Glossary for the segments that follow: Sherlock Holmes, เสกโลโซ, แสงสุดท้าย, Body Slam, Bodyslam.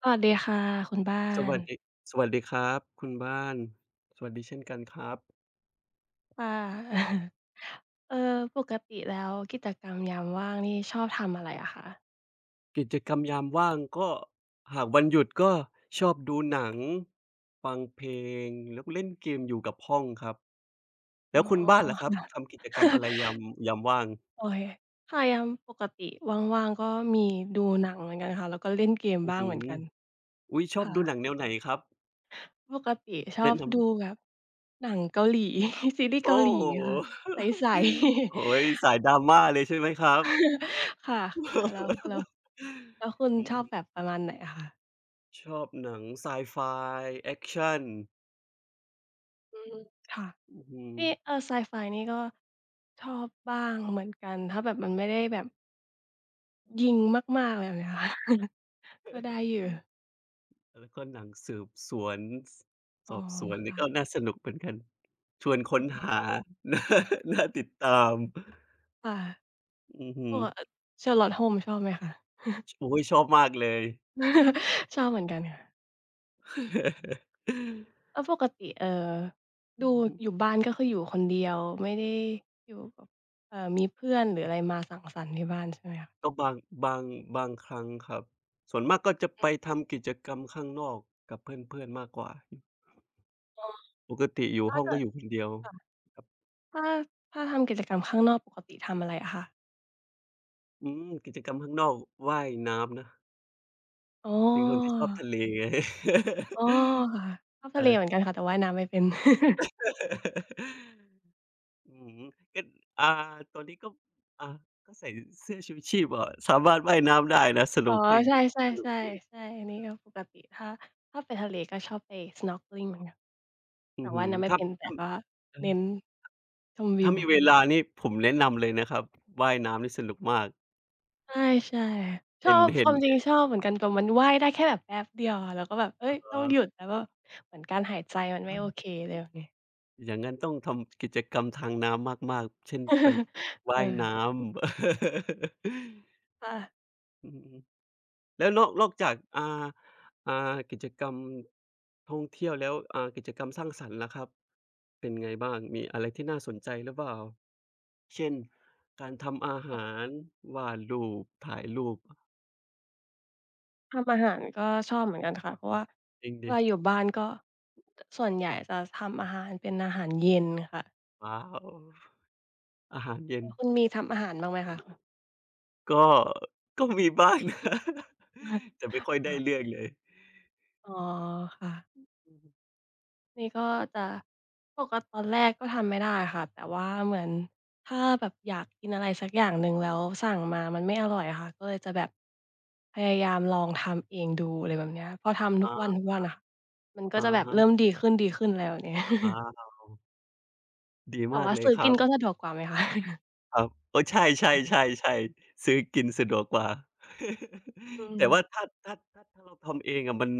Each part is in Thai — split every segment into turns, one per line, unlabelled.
สวัสดีค่ะคุณบ้า
ส
น
วัสดีสวัสดีครับคุณบ้านสวัสดีเช่นกันครับ
ค่ะ เออปกติแล้วกิจกรรมยามว่างนี่ชอบทำอะไรอะคะ
กิจกรรมยามว่างก็หากวันหยุดก็ชอบดูหนังฟังเพลงแล้วก็เล่นเกมอยู่กับห้องครับ
อ๋
แล้
อ
วคุณบ้านล่ะครับ
ค่ะ
ทำกิจกรรมอะไรยา มยามว่าง
โอเคค่ะยามปกติว่างๆก็มีดูหนังเหมือนกันค่ะแล้วก็เล่นเกม
อื้อ
บ้าง
ฮื
เหมือน
อ
กัน
อุ๊ยชอบดูหนัง
ค่ะ
แนวไหนครับ
ปกติชอ
แนะ
บดู
นำ
แบบหนังเกาหลี ซีรีส์
โอ้
เกาหลี
โฮ
ค่ะใสๆ
โอ้โฮสาย drama เลยใช่ไหมครับ
ค่ะๆแล้วแล้ว แล้วคุณ
อื
ช
ม
อบแบบประมาณไหนอะคะ
ชอบหนังไซไฟแอกชัน
อืมค่ะ
อื้อฮือ
นี่ไซไฟนี่ก็ชอบบ้างเหมือนกันถ้าแบบมันไม่ได้แบบยิงมากๆอะไรแบบเนี้ย ค่ะก็ได้อยู่
แล้วก็หนังสืบสวนสส
อ๋อ
อบสวนนี่
ค่ะ
ก็น่าสนุกเหมือนกันชวนค้นหา น่าน่าติดตาม
ค่ะ
อือฮึ
ปกเอ่อ Sherlock Holmes ชอบไหมคะ
ชโอ๊ยชอบมากเลย
ชอบเหมือนกันค่ะ แล้วปกติ
อื
ดู
อฮึ
อยู่บ้านก็คืออยู่คนเดียวไม่ได้อยู่กับมีเพื่อนหรืออะไรมาสังสรรค์ที่บ้านใช่ไหมคะ
ก็บางบางครั้งครับส่วนมากก็จะไปทำกิจกรรมข้างนอกกับเพื่อนๆมากกว่า
อ๋อ
ปกติอยู่
ถ้า
ห้อง
เกิ
ก็
ด
อยู่คนเดียว
ค่ะถ้าถ้าทำกิจกรรมข้างนอกปกติทำอะไรอะคะ
กิจกรรมข้างนอกว่ายน้ำนะ
อ๋อ
เป็นคนที่ชอบทะเล ไง
อ๋อค่ะชอบ
เอ
ทะเล
อ
เหมือนกันค่ะแต่ว่ายน้ำไม่เป็น
อืมก็อ่าตอนนี้ก็อ่าก็ใส่เสื้อชูชีพอ่สามารถว่ายน้ำได้นะ
อ๋อ
snorkeling
ใช่
สนุกดี
ๆๆใช่อันนี้ก็ปกติถ้าถ้าไปทะเลก็ชอบไป snorkeling เหมือนกัน
อื
แต่
อฮึ
ว่ายน้ำไม่
ถ้า
เป็นแต่
ถ้า
ก็
เอ
เน้
อ
นชมวิ
ถ้า
ว
มีเวลานี่ผมแนะนำเลยนะครับว่ายน้ำนี่สนุกมาก
ใช่ๆชอ
เห็น
บ
เห็
ค
น
วามจริงชอบเหมือนกันแต่มันว่ายได้แค่แบบแป๊บเดียวอะแล้วก็แบบเฮ้
อ
ยต้อ
่
ง
อ
หยุดแล้วก็เหมือนการหายใจมันไม่โอ
อา
เคอะไรแบบนี้
อย่างงั้นต้องทำกิจกรรมทางน้ำมากๆเช่นไป ว่ายน้
เออ
ำ
ค่ะ
อือฮึ แล้วนอกจากอ่ากิจกรรมท่องเที่ยวแล้วกิจกรรมสร้างสรรค์ล่ะครับเป็นไงบ้างมีอะไรที่น่าสนใจหรือเปล่าเช่นการทำอาหารวาดรูปถ่ายรูป
ทำอาหารก็ชอบเหมือนกันค่ะเพราะว่า
จริง
เว
ดิ
ลาอยู่บ้านก็ส่วนใหญ่จะทำอาหารเป็นอาหารเย็นค่ะ
ว้าวอาหารเย็น
แล้วคุณมีทำอาหารบ้างไหมคะ
ก็ก็มีบ้าง นะ
อา
แต่ไม่ค่อยได้
ค่ะ
เรื่
อ
องเลย
อ๋อค่ะ
อือฮึ
นี่ก็จะปกตอนแรกก็ทำไม่ได้ค่ะ แต่ว่าเหมือนถ้าแบบอยากกินอะไรสักอย่างหนึ่งแล้วสั่งมามันไม่อร่อยอะค่ะ ก็เลยจะแบบพยายามลองทำเองดูอะไรแบบเนี้ยพอทำ
อ๋
ทุกวั
อ
นๆน่ะค่ะมันก็
อะ
จะแบบเริ่ม
ฮะ
ดีขึ้นๆอะไรแบบเนี้ย
ว้าวดี
แต่
มาก
ว่า
เลย
ซื้อ
ค
กิ
รั
น
บ
ก็สะดวกกว่าไหมคะ
ครับเออใช่ๆๆๆซื้อกินสะดวกกว่า
อืม
แต่ว่าถ้าเราทำเองอะมัน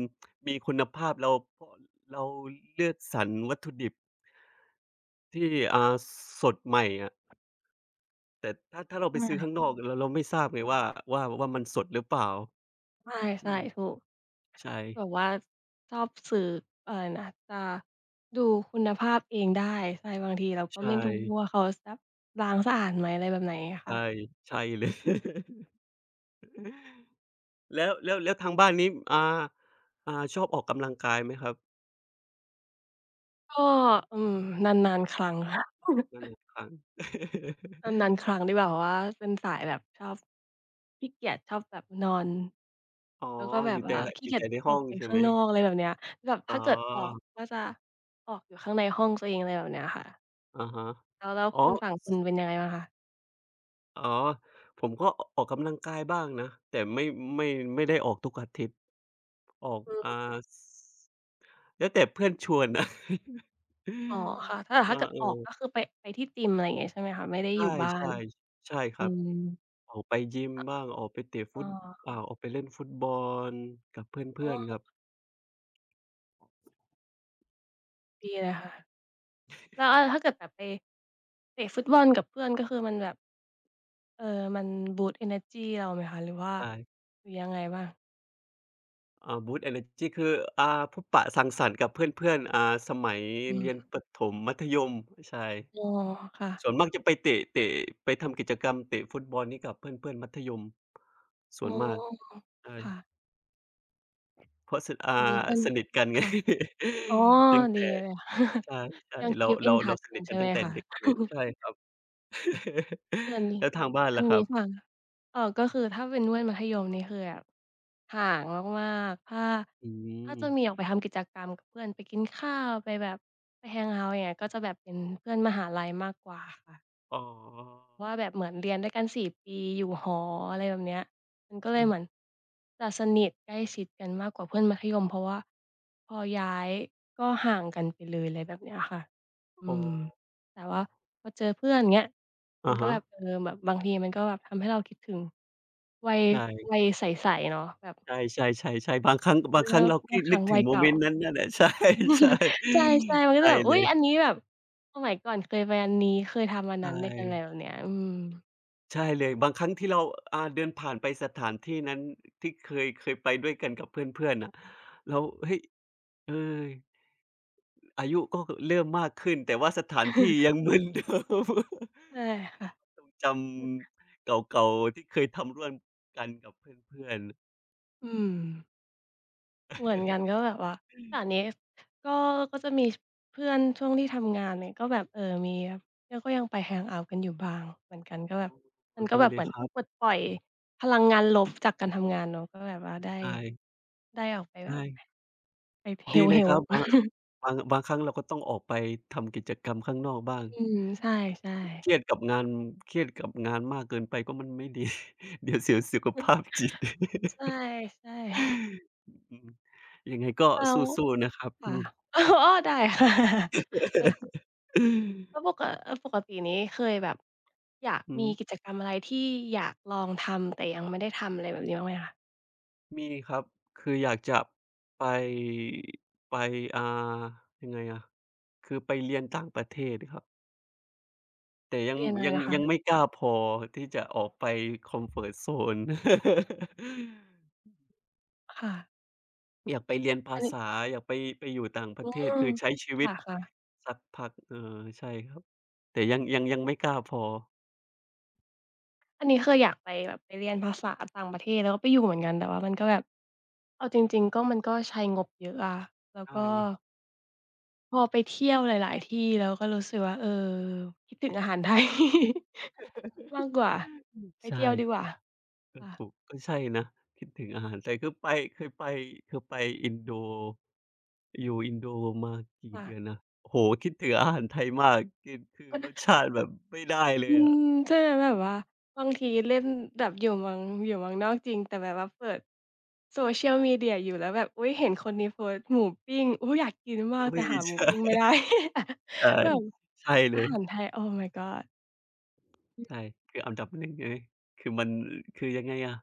มีคุณภาพพเราเลือกสรรวัตถุดิบที่อ่าสดใหม่อะแต่ถ้าเราไป
ใม่
ซื้อข้างนอกเราไม่ทราบไงว่าว่ามันสดหรือเปล่า
ใช่
อื
ใช่ๆถู
ม
ก
ใช่
แบบว่าชอบสื่ออะไรนะจะดูคุณภาพเองได้ใช่บางทีเราก็
ใช่
ไม่รู้ว่าเขาซับล้างสะอาดไหมอะไรแบบไหนอะค่ะ
ใช่ใช่เลย แล้วทางบ้านนี้อ่าชอบออกกำลังกายไหมครับ
ก็อืมนานๆครั้งค่ะ
นาน ๆครั้ง
นานๆค รั้งที่แบบว่าเป็นสายแบบชอบขี้เกียจชอบแบบนอน
อ๋อ
แล้วก็แบ
อ
บ
ยู่แต่
ว่า
อ
ขี้
ยู่
เกียจ
แต่ใน
อ
ห้
อ
อ
ก
ง
ไป
ใช่
ข้า
ไห
ง
ม
นอกอะไรแบบเนี้ยแบบ
อ๋
ถ้าเกิดออก
อ
ก็จะออกอยู่ข้างในห้องตัวเองอะไรแบบเนี้ยค่ะ
อะฮะ
แล้ว
อ๋อ
คุณฝั่งคุ
ส
ณเป็นยังไงบ้างคะ
อ๋อผมก็อออกกำลังกายบ้างนะแต่ไม่ไม่ได้ออกทุกอาทิตย์ออกสแล้วแต่เพื่อนชวนนะ
อ๋อค่ะถ้า ถ้า
อา
เกิด
เอ
ออก
อ
ก็คือไปไปที่จิมอะไรอย่างงี้ใช่ไหมคะไม่ได้อ
ใช่
ยู่บ้า
ใช่
น
ใช่ค
อื
รับ
ม
ออกไปยิมบ้างออกไปเตะฟุ
อ๋
ต
อ
ออกไปเล่นฟุตบอลกับเ
อ๋
พื่อ
อ
นๆครับ
ดีเลยค่ะแล้วอาถ้าเกิดแบบไปเตะฟุตบอลกับเพื่อนก็คือมันแบบเอ่อมันบูสต์เอเนอร์จีเราไหมคะหรือว่า
ใช่
หรือยังไงบ้าง
บูสต์เอเนอร์จีคืออ่าพบปะสังสรรค์กับเพื่อนๆสมัย
อื
เรียน
ม
ประถมมัธยมใช่
อ๋อค่ะ
ส่วนมากจะไปเตะไปทำกิจกรรมเตะฟุตบอลนี้กับเพื่อนๆมัธยมส่
อ๋
วนมาก
อ
ใช่
ค่ะ
เพราะสอ่า
อันนี้เพื่อน
สนิทกันไง
ค่ะอ๋อ
ตั้ง
ดี
แต่
เลย
ใช่
ยัง
ๆ
keep in
เรา
touch
ส
กั
นิ
น
ทกั
ใช่
น
ไหม
ตั้งแต่
คะ
เด็กเลยใช่ครับ
เพืออัน นี้
แล้วทางบ้าน
อัน
ล่ะครั
นี้
บ
ค่ะก็คือถ้าเป็นเพื่อนมัธยมนี่คือแบบ ห่างมากๆถ้า
อื
ถ้า
ม
จะมีออกไปทำกิจกรรมกับเพื่อนไปกินข้าวไปแบบไปแฮงเอาต์อย่างเงี้ยก็จะแบบเป็นเพื่อนมหาลัยมากกว่าค่ะ
อ๋อ
เพราะว่าแบบเหมือนเรียนด้วยกัน4ปีอยู่หออะไรแบบเนี้ยมันก็เลย
อือ
เหมือนจะสนิทใกล้ชิดกันมากกว่าเพื่อนมัธยมเพราะว่าพอย้ายก็ห่างกันไปเลยอะไรแบบเนี้ยค่ะอื
อ๋อ
มแต่ว่าพอเจอเพื่อนเงี้ยมัน
อะ
ก็
ฮะ
แบบเออแบบบางทีมันก็แบบทำให้เราคิดถึงวัยวั
ใช่
ยใสๆเนาะแบบ
ใช่ๆๆๆบาง
เมื่
ค
อ
รั้งเรา
เมื่อบา
คิ
ง
ด
ค
นึ
รั้
ก
ง
ถึ
วั
ง
ย
โม
เก่า
เมนต์นั้นนั่นแหละ ใช่
ใช
ๆ
่ๆมันก็
ใช่
จะแบบ
เล
อุ๊ยอัน
ย
นี้แบบสมัยก่อนเคยไปอันนี้เคยทำอัน
ใช
นั้นด้วยกันอะไร
่
แบบเนี้ยอืม
ใช่เลยบางครั้งที่เราเดินผ่านไปสถานที่นั้นที่เคยไปด้วยกันกับเพื่อนๆน่ะแล้วเฮ้ยเอออายุก็เริ่มมากขึ้นแต่ว่าสถานที่ ยังเหมือนเดิม
ใช่
คิด
ค่ะ
ทรงจำเก่าๆที่เคยทำร่วมกันกับเพื่อนๆ
อืมเหมือนกันก็ แบบว่าแต่อันนี้ก็ก็จะมีชเพื่อนช่วงที่ทำงานเนี่ยก็แบบเออมีแล้วก็ยังไปแฮงเอาต์กันอยู่บ้างเหมือนกันก็แบบมั
โอ้
นก็
ดี
แบบ
เล
เห
ย
มือน
ครับ
ปลดปล่อยพลังงานลบจากการทำงานเนาะก็แบบว่าได้
ใช่
ได้ออกไปแบ
ใช่
บไป
ดี
heal
เลยค
heal
รับบางครั้งเราก็ต้องออกไปทำกิจกรรมข้างนอก
อ
บ้าง
ืมใช่ๆ
เครี ยดกับงานเครียดกับงานมากเกินไปก็มันไม่ดี เดี๋ยวเสียสุขภาพจิต
ใช่ใช่
อืมยังไงก็
แล้
ส
ว
ู้ๆนะครับอื
ค่ะ
ม
อ๋อได้ค่ะ ได้ค่ะ แล้วปกตินี้เคยแบบอยาก
อื
มี
ม
กิจกรรมอะไรที่อยากลองทำแต่ยังไม่ได้ทำอะไรแบบนี้บ้างไหมคะ
มีครับคืออยากจะไปไปอ่ายังไงอะคือไปเรียนต่างประเทศครับ แต่
เรียนอะไรนะคะ
ยังไม่กล้าพอที่จะออกไปคอมฟอร์ ตโซน
ค่ะ
อยากไปเรียนภา
อันนี้
ษาอยากไปอยู่ต่างป
อื
ระเทศ
ม
คือใช้ชี
ค
วิต
่ะๆ
สักพักเออใช่ครับแต่ยังไม่กล้าพอ
อันนี้เคยอยากไปแบบไปเรียนภาษาต่างประเทศแล้วก็ไปอยู่เหมือนกันแต่ว่ามันก็แบบเอาจริงๆก็มันก็ใช้งบเยอะอะแล้ว
ใช่
ก็พอไปเที่ยวหลายๆที่แล้วก็รู้สึกว่าเออคิดถึงอาหาร ไทยมาก กว่าไป
ใ
เที่ยวดีก
ช่
ว่า
ก็
ค่ะ
ถูกก็ใช่นะคิดถึงอาหารไทยคือไปเคยไปคือไปอินโดอยู่อินโดมากี่
ค่ะ
เดือนนะโอ้โฮคิดถึงอาหารไทยมากกินคือรส
อ
ชาติแบบไม่ได้เล
ื
ยอะ
มใช่ไหมแบบว่าบางทีเล่นแบบอยู่เมืองนอกจริงแต่แบบว่าเปิด social media อยู่แล้วแบบอุ๊ยเห็นคนนี้โพสต์หมูปิ้งอุ๊ยอยากกินมาก
เฮ้
แต่
ย
หาหมู
ใช่
ปิ้งไม่ได้
ใช่
แบบ
ใช่เล
อา
ย
หารไทย Oh my god
ใช่คืออันดับ1เลยคือมันคือยังไงอะ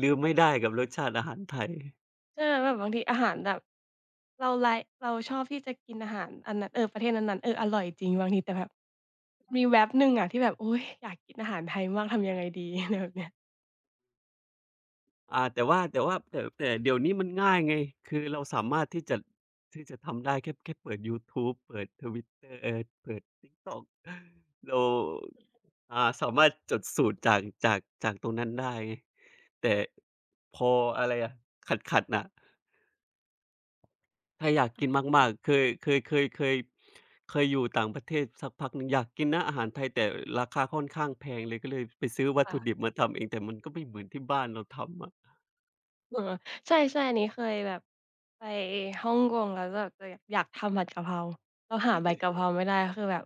ลืมไม่ได้กับรสชาติอาหารไทย
ใช่ไหมแบบบางทีอาหารแบบเราไลก์เราชอบที่จะกินอาหารอันนั้นเออประเทศนั้นๆเอออร่อยจริงบางทีแต่แบบมีแว็บหนึ่งอะที่แบบโอ๊ยอยากกินอาหารไทยมากทำยังไงดี อะไรแบบเนี้ย
แต่ว่าแต่ว่าแต่แต่เดี๋ยวนี้มันง่ายไงคือเราสามารถที่จะทำได้แค่เปิดยูทูบเปิด Twitter เปิด TikTok เราอ่าสามารถจดสูตรจากตรงนั้นได้ไงแต่พออะไรอะขัดๆน่ะ ถ้าอยากกินมากๆเคยอยู่ต่างประเทศสักพักหนึ่งอยากกินนะอาหารไทยแต่ราคาค่อนข้างแพงเลยก็เลยไปซื้อวัตถุดิ
ค่ะ
บมาทำเองแต่มันก็ไม่เหมือนที่บ้านเราทำอะ
เออใช่ๆอันนี้เคยแบบไปฮ่องกงแล้วแบบจะอยากทำผัดกะเพราเราหาใบกะเพราไม่ได้คือแบบ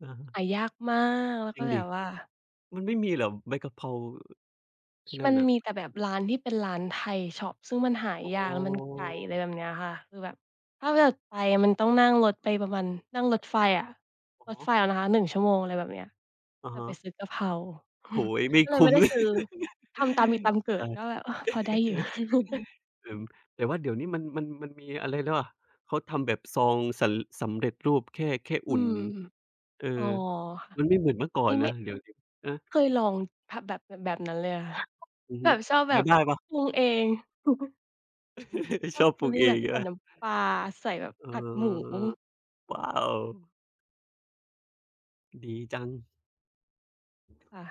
อะฮะ
หายากมากแล้ว
จ
ก็
ริง
แบ
ดิ
บว่า
มันไม่มีเหรอใบกะเพราที่นั่
มั
น
น
น่ะ
มีแต่แบบร้านที่เป็นร้านไทยช็อปซึ่งมันหา
อ๋
ยากแล้วมันไก
อ
ลอะไรแบบเนี้ยค่ะคือแบบถ้าแบบไปมันต้องนั่งรถไปประมาณนั่งรถไฟอะ
อะ
รถ
ฮะ
ไฟเอานะคะหนึ่งชั่วโมงอะไรแบบเนี้ย
อะ
แต่
ฮะ
ไปซื้อกะเพรา
โอ้ โฮไม่
ก็เลย
คุ้
ไม่
ม
ได้
เลย
ซื้อทำตามมีตา มเกิดก็
ใช่
แบบเออพอได้อยู่
เออแต่ว่าเดี๋ยวนี้มันมีอะไรแล้วอะเขาทำแบบซองสำเร็จรูปแค่
อื
อุ่น
ม
เออ
อ๋อค่ะ
มันไม่เหมือนเมื่อก่อน
นี่
นะ
ไม่
เดี๋ยวๆนะ
เคยลองพแบบแบบนั้นเลยอะะ
อือ
แบ
ฮึ
บชอบแบ
เดี๋ยว
บ
ได้เปล่า
ปรุงเองช
ช
อบ
อบป
ฟี
ลู
ล
ก
ลิง
เอ
แบ
ง
บ
ใช่
ใส่
ไหม
น้ำปลาใส่แบบ
เออ
ผัดหมู
ว้าวดีจัง
ค่ะ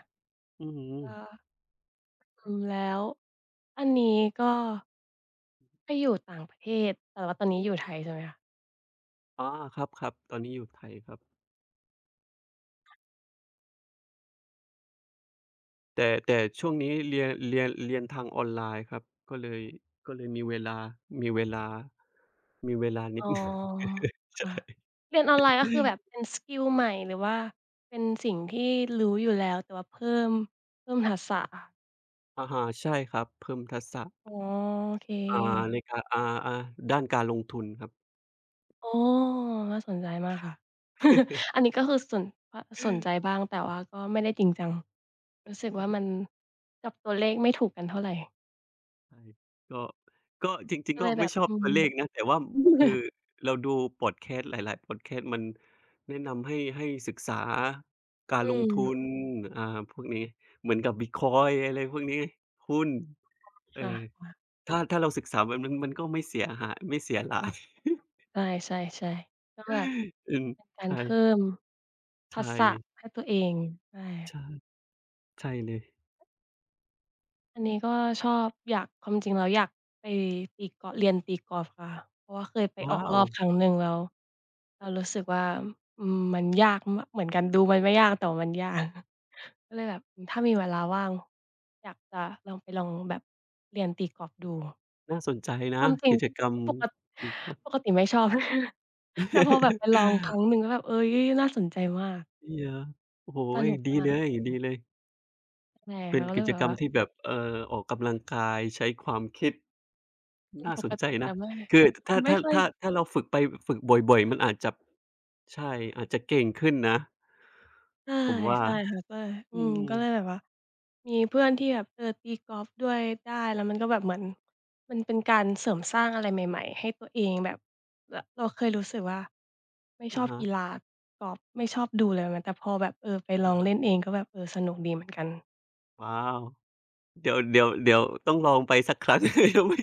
อือฮึ
ก็อืมแล้วอันนี้ก็ไปอยู่ต่างประเทศแต่ว่าตอนนี้อยู่ไทยใช่ไหมคะ
อ๋อครับๆตอนนี้อยู่ไทยครับแต่ช่วงนี้เรียนทางออนไลน์ครับก็เลยก็เลยมีเวลามีเวลานิ
อ๋
ดหนึ่ง
อค่ะเรียนออนไลน์ก็คือแบบ เป็นสกิลใหม่หรือว่าเป็นสิ่งที่รู้อยู่แล้วแต่ว่าเพิ่มทักษะ
อะฮะใช่ครับเพิ่มทักษะ
อ๋อโอเค
อ่าในการอ่าๆด้านการลงทุนครับ
อ๋อน่าสนใจมากค่ะ อันนี้ก็คือสนใจบ้างแต่ว่าก็ไม่ได้จริงจัง รู้สึกว่ามันจับตัวเลขไม่ถูกกันเท่าไหร
ใช่ก็ก็จริง
ก็
ๆ
เล
ก็
ยแบ
ไม่
บ
ชอบ
อื
ตั
ม
วเลขนะแต่ว่าคือ เราดูพอดแคสต์หลายๆพอดแคสต์มันแนะนำให้ศึกษาการล
อื
ง
ม
ทุนพวกนี้เหมือนกับบิตคอยน์อะไรพวกนี้ไงหุ้นเอ
ค่
อ
ะ
ถ้าเราศึกษาแบบนั้นมันก็ไม่เสียหายไม่เสียหลาย
ใช่ ใช่ ใช่ ก็แบบ
อืม
เป็นการเพิ่
ใช่
มทัก
ใช่
ษะให้ตัวเองใช่
ใช่ใช่เลย
อันนี้ก็ชอบอยากความจริงแล้วอยากไปตีกอล์ฟเรียนตีกอล์ฟค่ะเพราะว่าเคยไปออ
ว้า
กร
ว
อบครั้งหนึ่งแล้วเรารู้สึกว่าอืมมันยากมเหมือนกันดูมันไม่ยากแต่ว่ามันยาก ก็เลยแบบอืมถ้ามีเวลาว่างอยากจะลองไปลองแบบเรียนตีกอล์ฟดู
น่าสนใจ
ค
นะ
วามจริง
กิจกรรม
ปก
มีครบ
ปกติไม่ชอบ แต่พอแบบไปลองค รั้งหนึ่งแล้วแบบเฮ้ยน่าสนใจมาก
เยียโอ้โฮ
สนุก
ดี
มา
เล
ก
ยดีเลย
ใช่
เป็
ค่ะ
น
ก็เล
กิ
ย
จ
แบบ
กรรม
ว่า
ที่แบบออกกำลังกายใช้ความคิด
อืม
น่า
ป
ส
ก
นใจ
ติจะ
นะ
ไม่
คือถ้า
ไม่
ถ้า
ค่อย
ถ้าถ้าเราฝึกไปฝึกบ่อยๆมันอาจจะใช่อาจจะเก่งขึ้นนะ
ใช่
ผมว่า
ใช่ค่ะใช่อื
อื
มก็
ม
เลยแบบว่ามีเพื่อนที่แบบเออตีกอล์ฟด้วยได้แล้วมันก็แบบเหมือนมันเป็นการเสริมสร้างอะไรใหม่ๆให้ตัวเองแบบรเราเคยรู้สึกว่าไม่ชอ
อะ
บ
ฮะ
กี
ๆ
ฬากอล์ฟไม่ชอบดูเลยมันแต่พอแบบเออไปลองเล่นเองก็แบบเออสนุกดีเหมือนกัน
ว้าวเดี๋ยวต้องลองไปสักครั้ง ยังไม่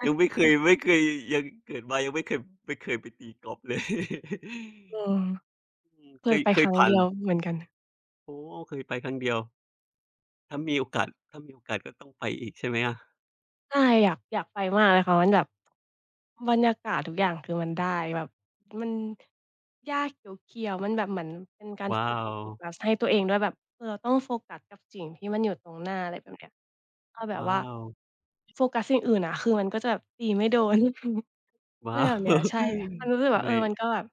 อะ
ยังไม่เคยไม่เคยยังเกิดมายังไม่เคยไม่เคยไปตีกอล์ฟเลย
อืม
อืม
เค
เค
ย
ย
ไป
เค
ค
ย
รั้ง
ผ่าน
เดียวเหมือนกัน
อ๋อเคยไปครั้งเดียวถ้ามีโอกาสก็ต้องไปอีกใช่ไหมอะ
ใช่อยากไปมากเลยค่ะมันแบบบรรยากาศทุกอย่างคือมันได้แบบมันหญ้าเขียวๆมันแบบเหมือนเป็นการ
ว้า
ฝึก
ว
โฟกัสให้ตัวเองด้วยแบบเออเราต้องโฟกัสกับสิ่งที่มันอยู่ตรงหน้าอะไรแบบเนี้ยก็แบบ
ว้า
ว่า
ว
โฟกัสสิ่งอื่นอะคือมันก็จะแบบตีไม่โดน อะไร
ว้า
แบบ
ว
เนี้ยใช่มัน รู้สึกแบบเอ
ไม่
อมันก็แบบ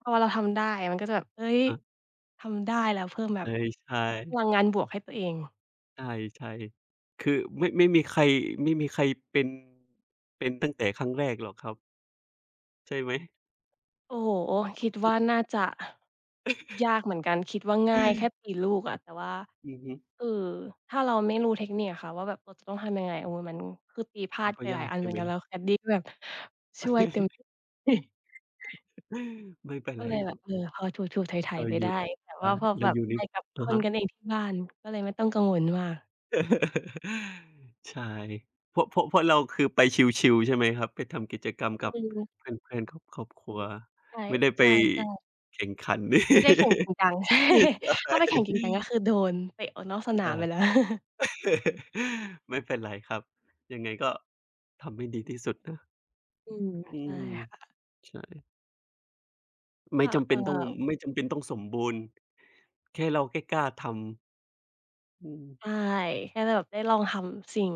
พอเราทำได้มันก็จะแบบเฮ้ย
อะ
ทำได้แล้วเพิ่มแบ
เอ
บ
อใช่
พลังงานบวกให้ตัวเอง
ใช่ๆคือไม่ไม่มีใครไม่มีใครเป็นเป็นตั้งแต่ครั้งแรกหรอกครับใช่ไหม
โอ้โฮคิด
ทุ
ว่า
ก
น่าจะยากเหมือนกันคิดว่าง่ายแค่ ตีลูกอะแต่ว่า
อือฮึ
เอ่อถ้าเราไม่รู้เทคนิคอะค่ะว่าแบบเราจะต้องทำยังไงโอ้มันคือตีพลา
มั
ด
นก็
ไปห
ยา
ลาย
ก
อันเห
ใช่
มือ
ไห
น
ม
กันแล้วแคดดี้ก็แบบช่วยเต็ม ที่
ไม่เป็น
ก็
ไร
เลย
ค
แบ
รั
บ
บ
เออพอถูๆไถ
เรา
ๆไป
อ
ได้
ยู่
แต่
ใช่
ว่า
อ
พอ
เรา
แบบ
อยู่ใน
ไปกับค
อะ
น
ฮะ
กันเองที่บ้านก็เลยไม่ต้องกังวลมาก
ใช่เพราะเราคือไปชิลๆใช่ไหมครับไปทำกิจกรรม
อื
กับ
ม
เพื่อนๆครอบครัว
ใช่
ไม่ได้ไป
ใช่
แข่งขัน
ๆไม่ได้แข่งจริงจัง ใช่
ใช่
ถ้าไปแข่งจริงจังก็ คือโดนเตะออกนอกสนามไปแล้ว
ใช่ ไม่เป็นไรครับยังไงก็ทำให้ดีที่สุดนะ
อืม
อื
ใช่
ม
ค่ะ
ใช่ไม่
ก็
จำเป็นต้องไม่จำเป็นต้องสมบูรณ์แค่เราแค่กล้าทำอืม
ใช่แค่้แบบได้ลองทำสิ่ง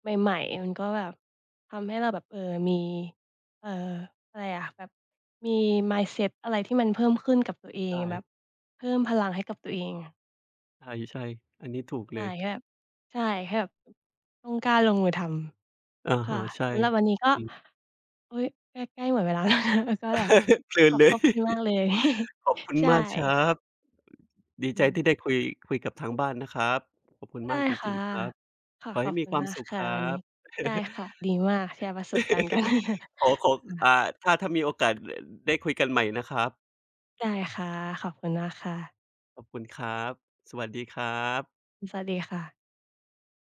ใหม่ๆมันก็แบบทำให้เราแบบเออมีเอ่ออะไรอะแบบมี mindset อะไรที่มันเพิ่มขึ้นกับตัวเองแบบ
ใช่
เพิ่มพลังให้กับตัวเอง
ใช่ใช่อันนี้ถูกเล
ใช่
ย
แค่แบบใช่แค่แบบต้องกล้าลงมือทำ
อา
ค่ะ
ฮะใช่
สำหรับวันนี้ก็
จริง
อุ๊ยใกล้ๆหมดเวลาแล้ว นะก็แบบ
เพลิ
ข
น
อบ
เล
ข
ย
อบคุณมากเลย
ขอบคุณ
ใช่
มากครับดี
อื
ใจ
ม
ที่ได้คุยคุยกับทางบ้านนะครับขอบคุณ
ได้
มากจ
ค่ะ
ริงๆครับ
ค่ะ
ขอ
ขอ
ให้
บ
มี
คุ
ค
ณ
วาม
มาก
สุข
ค่ะ
ครั
วัน
บ
นี้ได้ค่ะ ดีมากแชร์ประสบการณ์กัน
ขอขออ่าถ้ามีโอกาสได้คุยกันใหม่นะครับ
ได้ค่ะขอบคุณมากค่ะ
ขอบคุณครับ สวัสดีครับ
สวัสดีค่ะ